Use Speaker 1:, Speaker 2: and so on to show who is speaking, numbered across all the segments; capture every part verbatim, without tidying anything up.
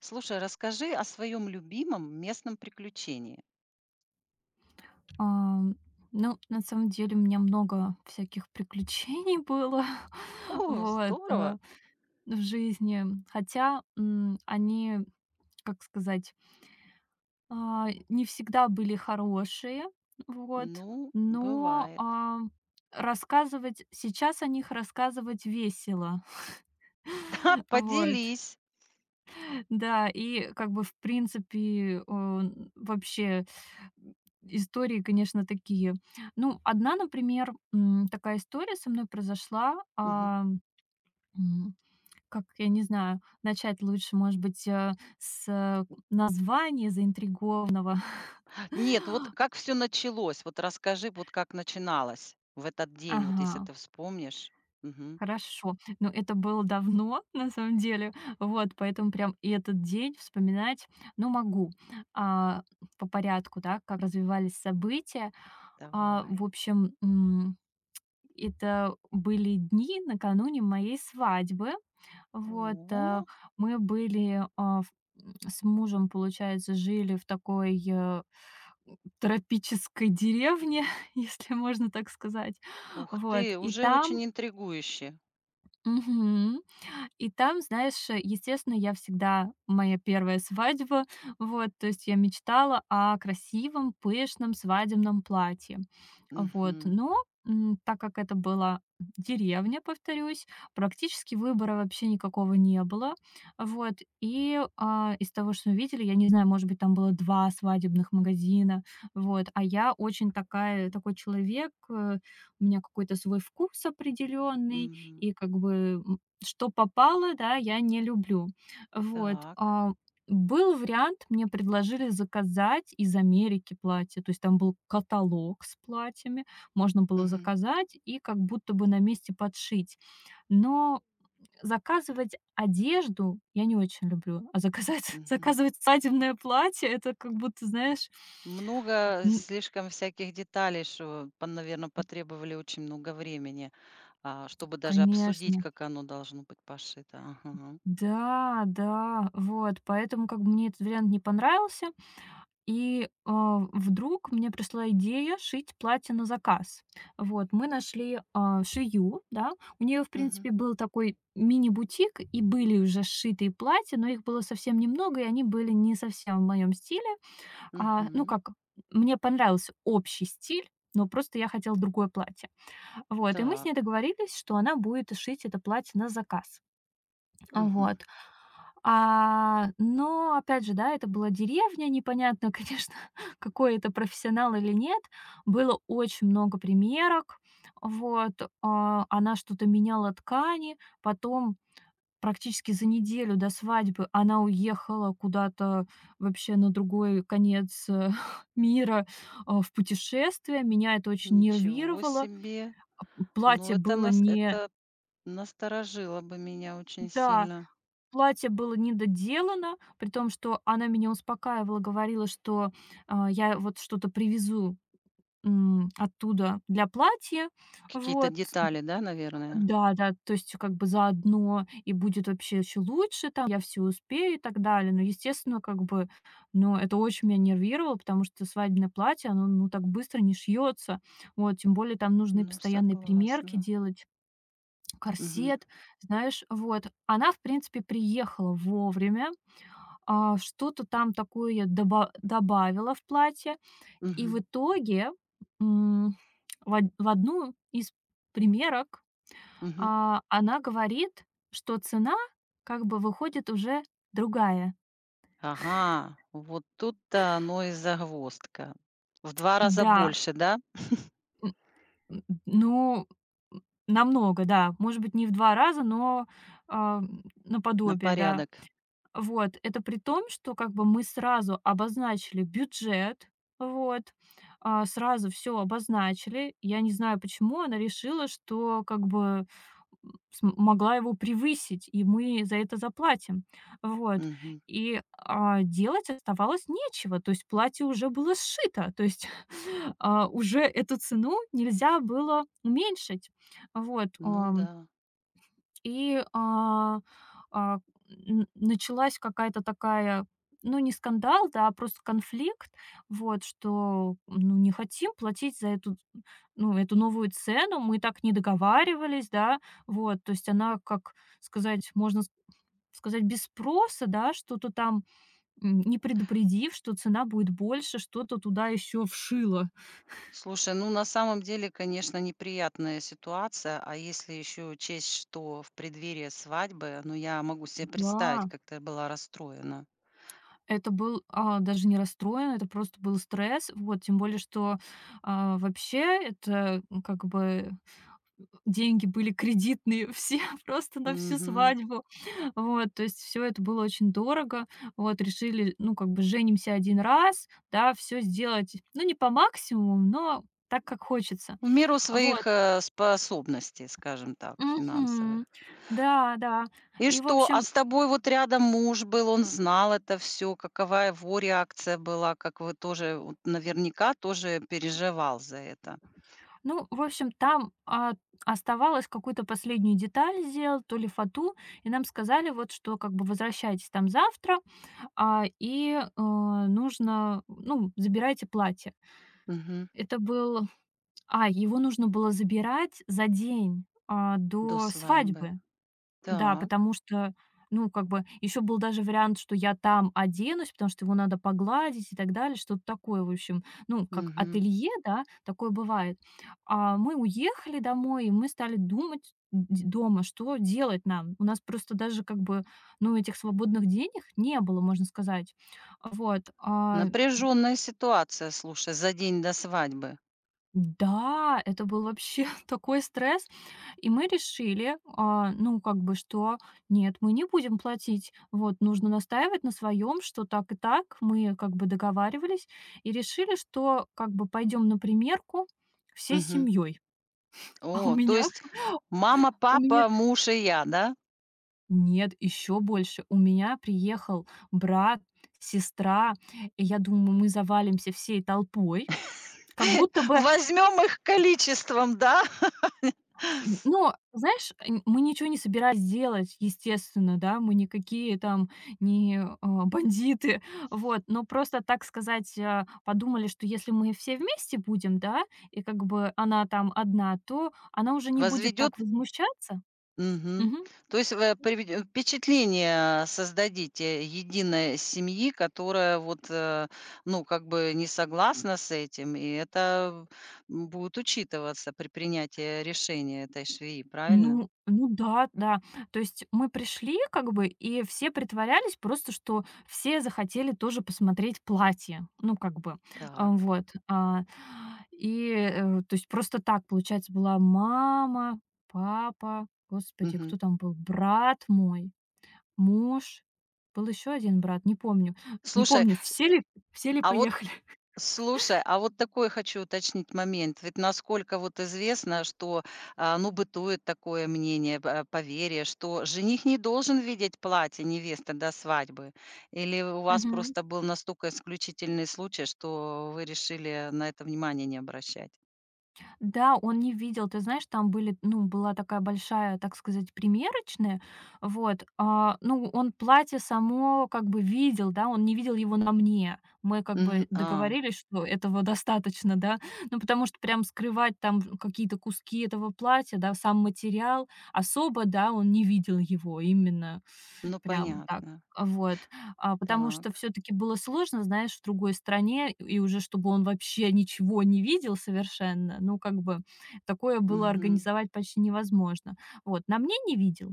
Speaker 1: Слушай, расскажи о своем любимом местном приключении.
Speaker 2: Ам, ну, на самом деле, у меня много всяких приключений было,
Speaker 1: О,
Speaker 2: вот,
Speaker 1: здорово.
Speaker 2: э, в жизни. Хотя, м, они, как сказать, а, не всегда были хорошие, вот,
Speaker 1: Ну,
Speaker 2: но,
Speaker 1: бывает.
Speaker 2: а, рассказывать сейчас о них рассказывать весело.
Speaker 1: Да,
Speaker 2: Вот.
Speaker 1: поделись.
Speaker 2: Да, и как бы, в принципе, он вообще, м, истории, конечно, такие. Ну, одна, например, м, такая история со мной произошла.
Speaker 1: Мгм.
Speaker 2: А, м, как, я не знаю, начать лучше, может быть, э, с э, названия заинтригованного.
Speaker 1: Нет, вот как все началось? Вот расскажи, вот как начиналось в этот день, вот если
Speaker 2: Ага.
Speaker 1: ты вспомнишь. Мгм.
Speaker 2: Хорошо. Но это было давно, на самом деле. Вот, поэтому прям и этот день вспоминать, ну, могу. А, по порядку, да, как развивались события. А, в
Speaker 1: Давай.
Speaker 2: общем, м, это были дни накануне моей свадьбы. Вот, а,
Speaker 1: О,
Speaker 2: мы были а, в- м, с мужем, получается, жили в такой э, тропической деревне, если можно так сказать.
Speaker 1: ух
Speaker 2: Вот,
Speaker 1: ты,
Speaker 2: и
Speaker 1: уже
Speaker 2: там.
Speaker 1: очень интригующе.
Speaker 2: Мгм. И там, знаешь, э, естественно, я всегда моя первая свадьба, вот, то есть я мечтала о красивом, пышном свадебном платье. Вот,
Speaker 1: Мгм.
Speaker 2: но м, так как это была деревня, повторюсь, практически выбора вообще никакого не было. Вот, и а, из того, что мы видели, я не знаю, может быть, там было два свадебных магазина, вот, а я очень такая, такой человек, э, у меня какой-то свой вкус определенный,
Speaker 1: Мгм.
Speaker 2: и как бы что попало, да, я не люблю. Вот,
Speaker 1: Так.
Speaker 2: а, был вариант, мне предложили заказать из Америки платье, то есть там был каталог с платьями, можно было
Speaker 1: Мгм.
Speaker 2: заказать и как будто бы на месте подшить. Но заказывать одежду я не очень люблю, а заказать
Speaker 1: Мгм.
Speaker 2: заказывать свадебное платье — это как будто, знаешь,
Speaker 1: Много
Speaker 2: н
Speaker 1: слишком всяких деталей, что, наверное, потребовали очень много времени. А, чтобы даже обсудить,
Speaker 2: конечно.
Speaker 1: как оно должно быть пошито. Ага.
Speaker 2: Да, да, вот, поэтому как бы мне этот вариант не понравился. И, а, вдруг мне пришла идея шить платье на заказ. Вот, мы нашли, а, швею, да. У нее, в
Speaker 1: Мгм.
Speaker 2: принципе, был такой мини-бутик, и были уже сшитые платья, но их было совсем немного, и они были не совсем в моем стиле. А, ну,
Speaker 1: Мгм.
Speaker 2: как, мне понравился общий стиль, но просто я хотела другое платье. Вот, и мы с
Speaker 1: Так.
Speaker 2: ней договорились, что она будет шить это платье на заказ.
Speaker 1: Мгм.
Speaker 2: Вот. А, но опять же, да, это была деревня, непонятно, конечно, какой это профессионал или нет. Было очень много примерок, вот. А, она что-то меняла ткани, потом практически за неделю до свадьбы она уехала куда-то вообще на другой конец э, мира, а, в путешествие. Меня это очень
Speaker 1: Ничего
Speaker 2: нервировало.
Speaker 1: себе. Ну,
Speaker 2: Платье
Speaker 1: это
Speaker 2: было
Speaker 1: нас
Speaker 2: не
Speaker 1: это насторожило бы меня очень
Speaker 2: да.
Speaker 1: сильно.
Speaker 2: Платье было недоделано, при том, что она меня успокаивала, говорила, что, а, я вот что-то привезу, м, оттуда для платья.
Speaker 1: Какие-то
Speaker 2: Вот.
Speaker 1: детали, да, наверное?
Speaker 2: Да-да, то есть как бы заодно и будет вообще еще лучше, там я все успею и так далее. Но, естественно, как бы, ну, это очень меня нервировало, потому что свадебное платье, оно, ну, так быстро не шьется. Вот, тем более там нужны
Speaker 1: Ну,
Speaker 2: постоянные примерки
Speaker 1: согласна.
Speaker 2: делать,
Speaker 1: Мгм.
Speaker 2: корсет, знаешь. Вот. Она, в принципе, приехала вовремя. А, что-то там такое я доба добавила в платье, и в
Speaker 1: Мгм.
Speaker 2: итоге, м, в од в одну из примерок,
Speaker 1: Мгм.
Speaker 2: а, она говорит, что цена как бы выходит уже другая.
Speaker 1: Ага. Вот тут-то оно и загвоздка. В два раза
Speaker 2: Да,
Speaker 1: больше, да?
Speaker 2: м, ну, м, намного, да. Может быть, не в два раза, но, а, м,
Speaker 1: На
Speaker 2: наподобие, да.
Speaker 1: порядок.
Speaker 2: Вот, это при том, что как бы мы сразу обозначили бюджет, вот, а, сразу все обозначили. Я не знаю, почему она решила, что как бы см могла его превысить, и мы за это заплатим. Вот,
Speaker 1: Мгм.
Speaker 2: и, а, делать оставалось нечего, то есть платье уже было сшито, то есть, а, уже эту цену нельзя было уменьшить. Вот,
Speaker 1: Ну
Speaker 2: а
Speaker 1: да.
Speaker 2: и, а, а, н началась какая-то такая, ну, не скандал, да, а просто конфликт, вот, что, ну, не хотим платить за эту, ну, эту новую цену, мы так не договаривались, да, вот. То есть она, как сказать, можно с сказать, без спроса, да, что-то там, м, не предупредив, что цена будет больше, что-то туда еще вшило.
Speaker 1: Слушай, ну на самом деле, конечно, неприятная ситуация, а если еще учесть, что в преддверии свадьбы, ну я могу себе представить,
Speaker 2: Да.
Speaker 1: как ты была расстроена.
Speaker 2: Это был, а, даже не расстроен, это просто был стресс. Вот, тем более, что, а, вообще это, м, как бы деньги были кредитные все просто на всю
Speaker 1: Мгм.
Speaker 2: свадьбу. Вот, то есть все это было очень дорого. Вот, решили, ну, как бы женимся один раз, да, все сделать, ну, не по максимуму, но так, как хочется.
Speaker 1: В меру
Speaker 2: Вот.
Speaker 1: своих э, способностей, скажем так,
Speaker 2: Мгм.
Speaker 1: финансовых.
Speaker 2: Да, да.
Speaker 1: И
Speaker 2: И, в
Speaker 1: что, а
Speaker 2: общем,
Speaker 1: с тобой вот рядом муж был, он знал это все, какова его реакция была, как вы тоже, вот наверняка тоже переживал за это.
Speaker 2: Ну, в общем, там, а, оставалось какую-то последнюю деталь сделать, то ли фату, и нам сказали вот, что как бы возвращайтесь там завтра, а, и, э, нужно, ну, забирайте платье.
Speaker 1: Мгм.
Speaker 2: Это был а, его нужно было забирать за день, а,
Speaker 1: До
Speaker 2: до
Speaker 1: свадьбы.
Speaker 2: свадьбы. Да,
Speaker 1: Так.
Speaker 2: потому что, ну, как бы еще был даже вариант, что я там оденусь, потому что его надо погладить и так далее, что-то такое, в общем, ну, как
Speaker 1: Мгм.
Speaker 2: ателье, да, такое бывает. А мы уехали домой, и мы стали думать д- дома, что делать нам. У нас просто даже как бы, ну, этих свободных денег не было, можно сказать. Вот. а
Speaker 1: Напряженная ситуация, слушай, за день до свадьбы.
Speaker 2: Да, это был вообще такой стресс. И мы решили, а, ну, как бы, что нет, мы не будем платить. Вот, нужно настаивать на своем, что так и так. Мы как бы договаривались и решили, что как бы пойдем на примерку всей
Speaker 1: Мгм.
Speaker 2: семьей. А у
Speaker 1: О, то
Speaker 2: меня,
Speaker 1: есть мама,
Speaker 2: у меня
Speaker 1: папа, муж и я, да?
Speaker 2: нет, еще больше. У меня приехал брат, сестра, и я думаю, мы завалимся всей толпой. Как будто бы.
Speaker 1: Возьмем их количеством, да?
Speaker 2: Н но, знаешь, м мы ничего не собирались делать, естественно, да, мы никакие там не, а, бандиты, вот. Но просто, так сказать, а, подумали, что если мы все вместе будем, да, и как бы она там одна, то она уже не будет
Speaker 1: Возведет.
Speaker 2: так возмущаться.
Speaker 1: Мгм.
Speaker 2: Мгм.
Speaker 1: То есть вы приведе- впечатление создадите единой семьи, которая вот, э, ну, как бы не согласна с этим, и это м, будет учитываться при принятии решения этой швеи, правильно?
Speaker 2: Ну ну да, да. То есть мы пришли как бы, и все притворялись просто, что все захотели тоже посмотреть платье. Ну, как бы, а,
Speaker 1: Так.
Speaker 2: вот. А, и, э, то есть просто так, получается, была мама, папа, господи,
Speaker 1: Мгм.
Speaker 2: кто там был? Брат мой, муж, был еще один брат, не помню. Не
Speaker 1: Слушай,
Speaker 2: помню, все ли все ли
Speaker 1: а вот
Speaker 2: поехали.
Speaker 1: Слушай, а вот такой хочу уточнить момент. Ведь насколько вот известно, что, а, ну, бытует такое мнение, э, поверье, что жених не должен видеть платье невесты до свадьбы. Или у вас просто был настолько исключительный случай, что вы решили на это внимание не обращать?
Speaker 2: Да, он не видел. Ты знаешь, там были, ну, была такая большая, так сказать, примерочная. Вот. А, ну, он платье само как бы видел, да, он не видел его на мне. Мы как бы
Speaker 1: Мгм. А,
Speaker 2: договорились, что этого достаточно, да. Ну, потому что прям скрывать там какие-то куски этого платья, да, сам материал, особо, да, он не видел его именно
Speaker 1: ну
Speaker 2: прям так.
Speaker 1: понятно.
Speaker 2: Вот. А, потому что
Speaker 1: Так.
Speaker 2: все таки было сложно, знаешь, в другой стране, и уже чтобы он вообще ничего не видел совершенно, ну, как бы такое было
Speaker 1: Мгм.
Speaker 2: организовать почти невозможно. Вот, на мне не видел.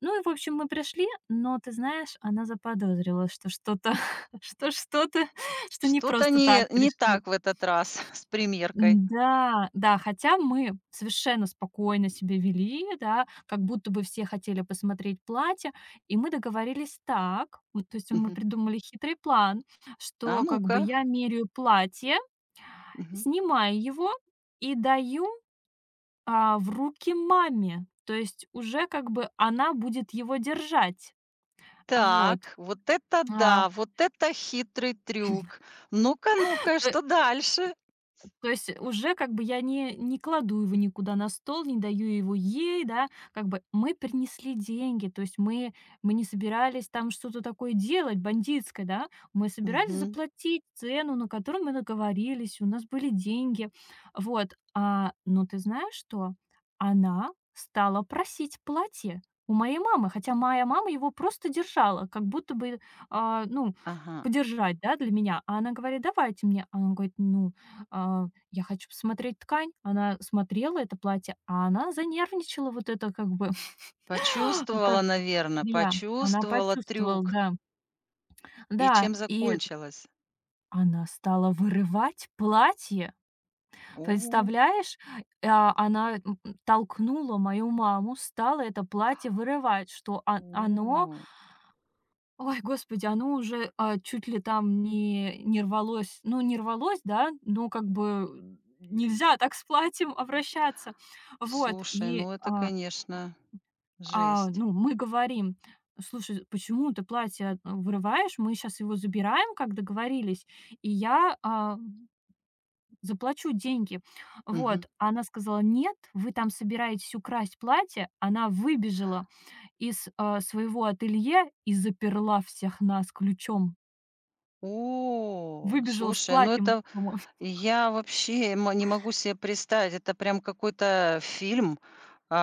Speaker 2: Ну и, в общем, мы пришли, но, ты знаешь, она заподозрила, что что-то, что что-то, что не
Speaker 1: Что-то
Speaker 2: просто так
Speaker 1: не, не
Speaker 2: пришли.
Speaker 1: так в этот раз с примеркой.
Speaker 2: Да, да, хотя мы совершенно спокойно себя вели, да, как будто бы все хотели посмотреть платье, и мы договорились так, м, то есть мы
Speaker 1: Мгм.
Speaker 2: придумали хитрый план,
Speaker 1: А
Speaker 2: что как
Speaker 1: ну-ка.
Speaker 2: бы я меряю платье, снимаю его и даю, а, в руки маме, то есть уже как бы она будет его держать. Вот,
Speaker 1: Так, вот это
Speaker 2: а,
Speaker 1: да, вот это хитрый трюк. Ну-ка, ну-ка, и
Speaker 2: то
Speaker 1: что дальше?
Speaker 2: То есть уже как бы я не, не кладу его никуда на стол, не даю его ей, да, как бы мы принесли деньги, то есть мы, мы не собирались там что-то такое делать бандитское, да, мы собирались
Speaker 1: Мгм.
Speaker 2: заплатить цену, на которую мы договорились, у нас были деньги, вот. А, но ты знаешь что? Она стала просить платье у моей мамы, хотя моя мама его просто держала, как будто бы, а, ну,
Speaker 1: Ага.
Speaker 2: подержать, да, для меня. А она говорит: "Давайте мне". А она говорит: "Ну, а, я хочу посмотреть ткань". Она смотрела это платье, а она занервничала, вот это как бы, ну, как
Speaker 1: Почувствовала, наверное,
Speaker 2: швея. Она
Speaker 1: почувствовала
Speaker 2: почувствовала,
Speaker 1: трюк.
Speaker 2: да.
Speaker 1: И
Speaker 2: Да,
Speaker 1: чем
Speaker 2: и
Speaker 1: закончилось?
Speaker 2: она стала вырывать платье,
Speaker 1: О,
Speaker 2: представляешь? А, она, м, толкнула мою маму, стала это платье вырывать, что о оно
Speaker 1: о.
Speaker 2: ой, господи, оно уже, а, чуть ли там не не рвалось. Ну, не рвалось, да, но как бы нельзя так с платьем обращаться. Вот,
Speaker 1: Слушай,
Speaker 2: и,
Speaker 1: ну это,
Speaker 2: а,
Speaker 1: конечно,
Speaker 2: а,
Speaker 1: жесть.
Speaker 2: ну, мы говорим: "Слушай, почему ты платье, э, вырываешь? Мы сейчас его забираем, как договорились, и я, а, заплачу деньги".
Speaker 1: Мгм.
Speaker 2: Вот, а она сказала: "Нет, вы там собираетесь украсть платье". Она выбежала из, а, своего ателье и заперла всех нас ключом.
Speaker 1: О,
Speaker 2: Выбежала с
Speaker 1: слушай, ну
Speaker 2: платьем,
Speaker 1: это.
Speaker 2: по-моему.
Speaker 1: Я вообще м не могу себе представить, это прям какой-то фильм,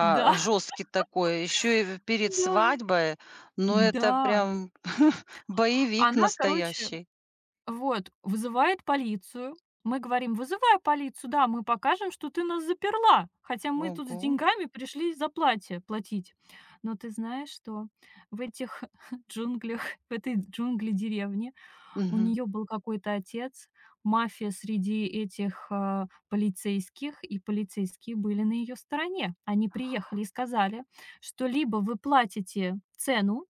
Speaker 2: Да,
Speaker 1: жесткий такой. Еще и в перед
Speaker 2: да,
Speaker 1: свадьбой. Но это
Speaker 2: да.
Speaker 1: прям боевик
Speaker 2: Она, короче,
Speaker 1: настоящий.
Speaker 2: вот, вызывает полицию. Мы говорим: "Вызывай полицию, да, мы покажем, что ты нас заперла, хотя мы тут с
Speaker 1: Ого.
Speaker 2: деньгами пришли за платье платить". Но ты знаешь что? В этих джунглях, в этой джунгли-деревне. У
Speaker 1: Мгм.
Speaker 2: нее был какой-то отец, мафия среди этих, а, полицейских, и полицейские были на ее стороне. Они приехали и сказали, что либо вы платите цену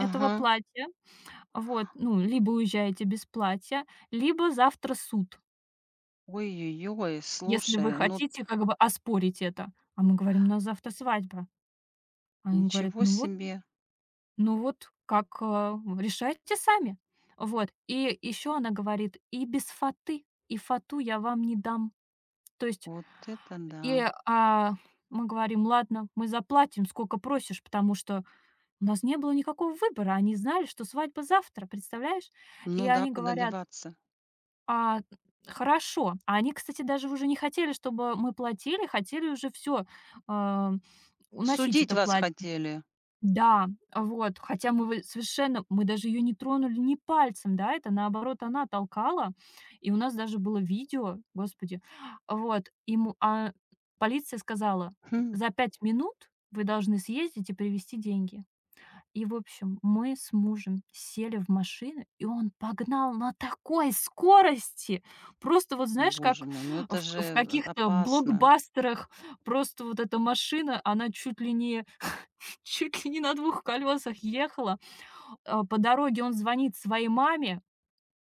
Speaker 2: этого
Speaker 1: Ага.
Speaker 2: платья, вот, ну, либо уезжаете без платья, либо завтра суд,
Speaker 1: Ой-ой-ой,
Speaker 2: если вы
Speaker 1: слушай, ну,
Speaker 2: хотите как бы оспорить это. А мы говорим: "У нас завтра свадьба". Они говорят:
Speaker 1: ничего
Speaker 2: "Ну вот
Speaker 1: себе.
Speaker 2: Ну вот, как, а, решайте сами". Вот. И еще она говорит: "И без фаты, и фату я вам не дам". То есть
Speaker 1: Вот это
Speaker 2: и,
Speaker 1: да.
Speaker 2: а, мы говорим: "Ладно, мы заплатим, сколько просишь", потому что у нас не было никакого выбора. Они знали, что свадьба завтра, представляешь? И
Speaker 1: Ну да,
Speaker 2: они
Speaker 1: куда
Speaker 2: говорят:
Speaker 1: деваться?
Speaker 2: "А, хорошо". А они, кстати, даже уже не хотели, чтобы мы платили, хотели уже все уносить
Speaker 1: Судить
Speaker 2: это
Speaker 1: вас
Speaker 2: платье.
Speaker 1: хотели.
Speaker 2: Да, вот, хотя мы вы совершенно мы даже ее не тронули ни пальцем, да, это наоборот она толкала, и у нас даже было видео, господи. Вот, ему а полиция сказала:
Speaker 1: Хм.
Speaker 2: "За пять минут вы должны съездить и привезти деньги". И, в общем, мы с мужем сели в машину, и он погнал на такой скорости. Просто вот знаешь,
Speaker 1: Боже
Speaker 2: как
Speaker 1: мой, ну
Speaker 2: в
Speaker 1: это же,
Speaker 2: в
Speaker 1: э,
Speaker 2: каких-то
Speaker 1: опасно.
Speaker 2: блокбастерах просто вот эта машина, она чуть ли не чуть ли не на двух колесах ехала. А, по дороге он звонит своей маме.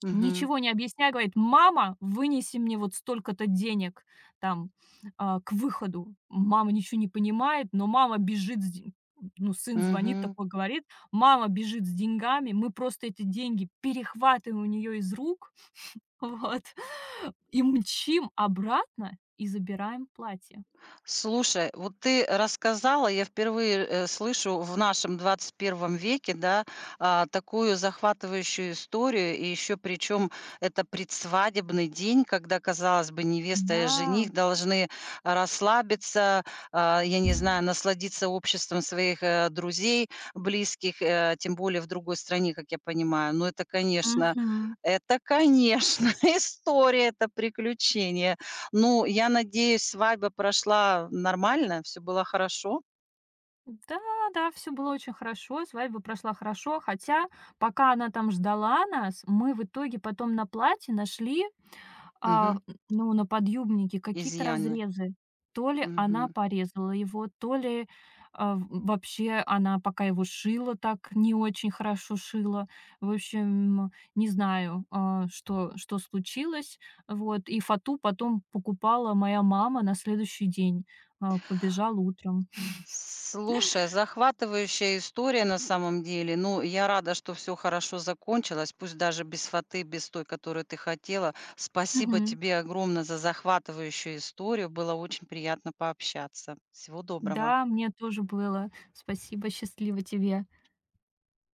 Speaker 1: Угу.
Speaker 2: Ничего не объясняя, говорит: "Мама, вынеси мне вот столько-то денег там, а, к выходу". Мама ничего не понимает, но мама бежит с ден ну, сын звонит,
Speaker 1: Мгм.
Speaker 2: такой говорит. Мама бежит с деньгами, мы просто эти деньги перехватываем у нее из рук, вот, и мчим обратно, и забираем платье.
Speaker 1: Слушай, вот ты рассказала, я впервые, э, слышу в нашем двадцать первом веке, да, а, такую захватывающую историю, и еще причем это предсвадебный день, когда, казалось бы, невеста и
Speaker 2: Да.
Speaker 1: жених должны расслабиться, а, я не знаю, насладиться обществом своих, э, друзей, близких, э, тем более в другой стране, как я понимаю. Но это, конечно
Speaker 2: Мгм.
Speaker 1: это, конечно, история, это приключение. Ну, я надеюсь, свадьба прошла нормально, все было хорошо.
Speaker 2: Да, да, все было очень хорошо, свадьба прошла хорошо. Хотя, пока она там ждала нас, мы в итоге потом на платье нашли, а,
Speaker 1: Мгм.
Speaker 2: ну, на подъюбнике какие-то
Speaker 1: Изъяны.
Speaker 2: разрезы. То ли она
Speaker 1: Мгм.
Speaker 2: порезала его, то ли, а, в вообще она, пока его шила, так не очень хорошо шила. В общем, не знаю, а, что что случилось. Вот, и фату потом покупала моя мама на следующий день, а, побежала утром.
Speaker 1: Слушай, захватывающая история на самом деле. Ну, я рада, что все хорошо закончилось, пусть даже без фаты, без той, которую ты хотела. Спасибо
Speaker 2: Мгм.
Speaker 1: тебе огромное за захватывающую историю. Было очень приятно пообщаться. Всего доброго.
Speaker 2: Да, мне тоже было. Спасибо, счастливо тебе.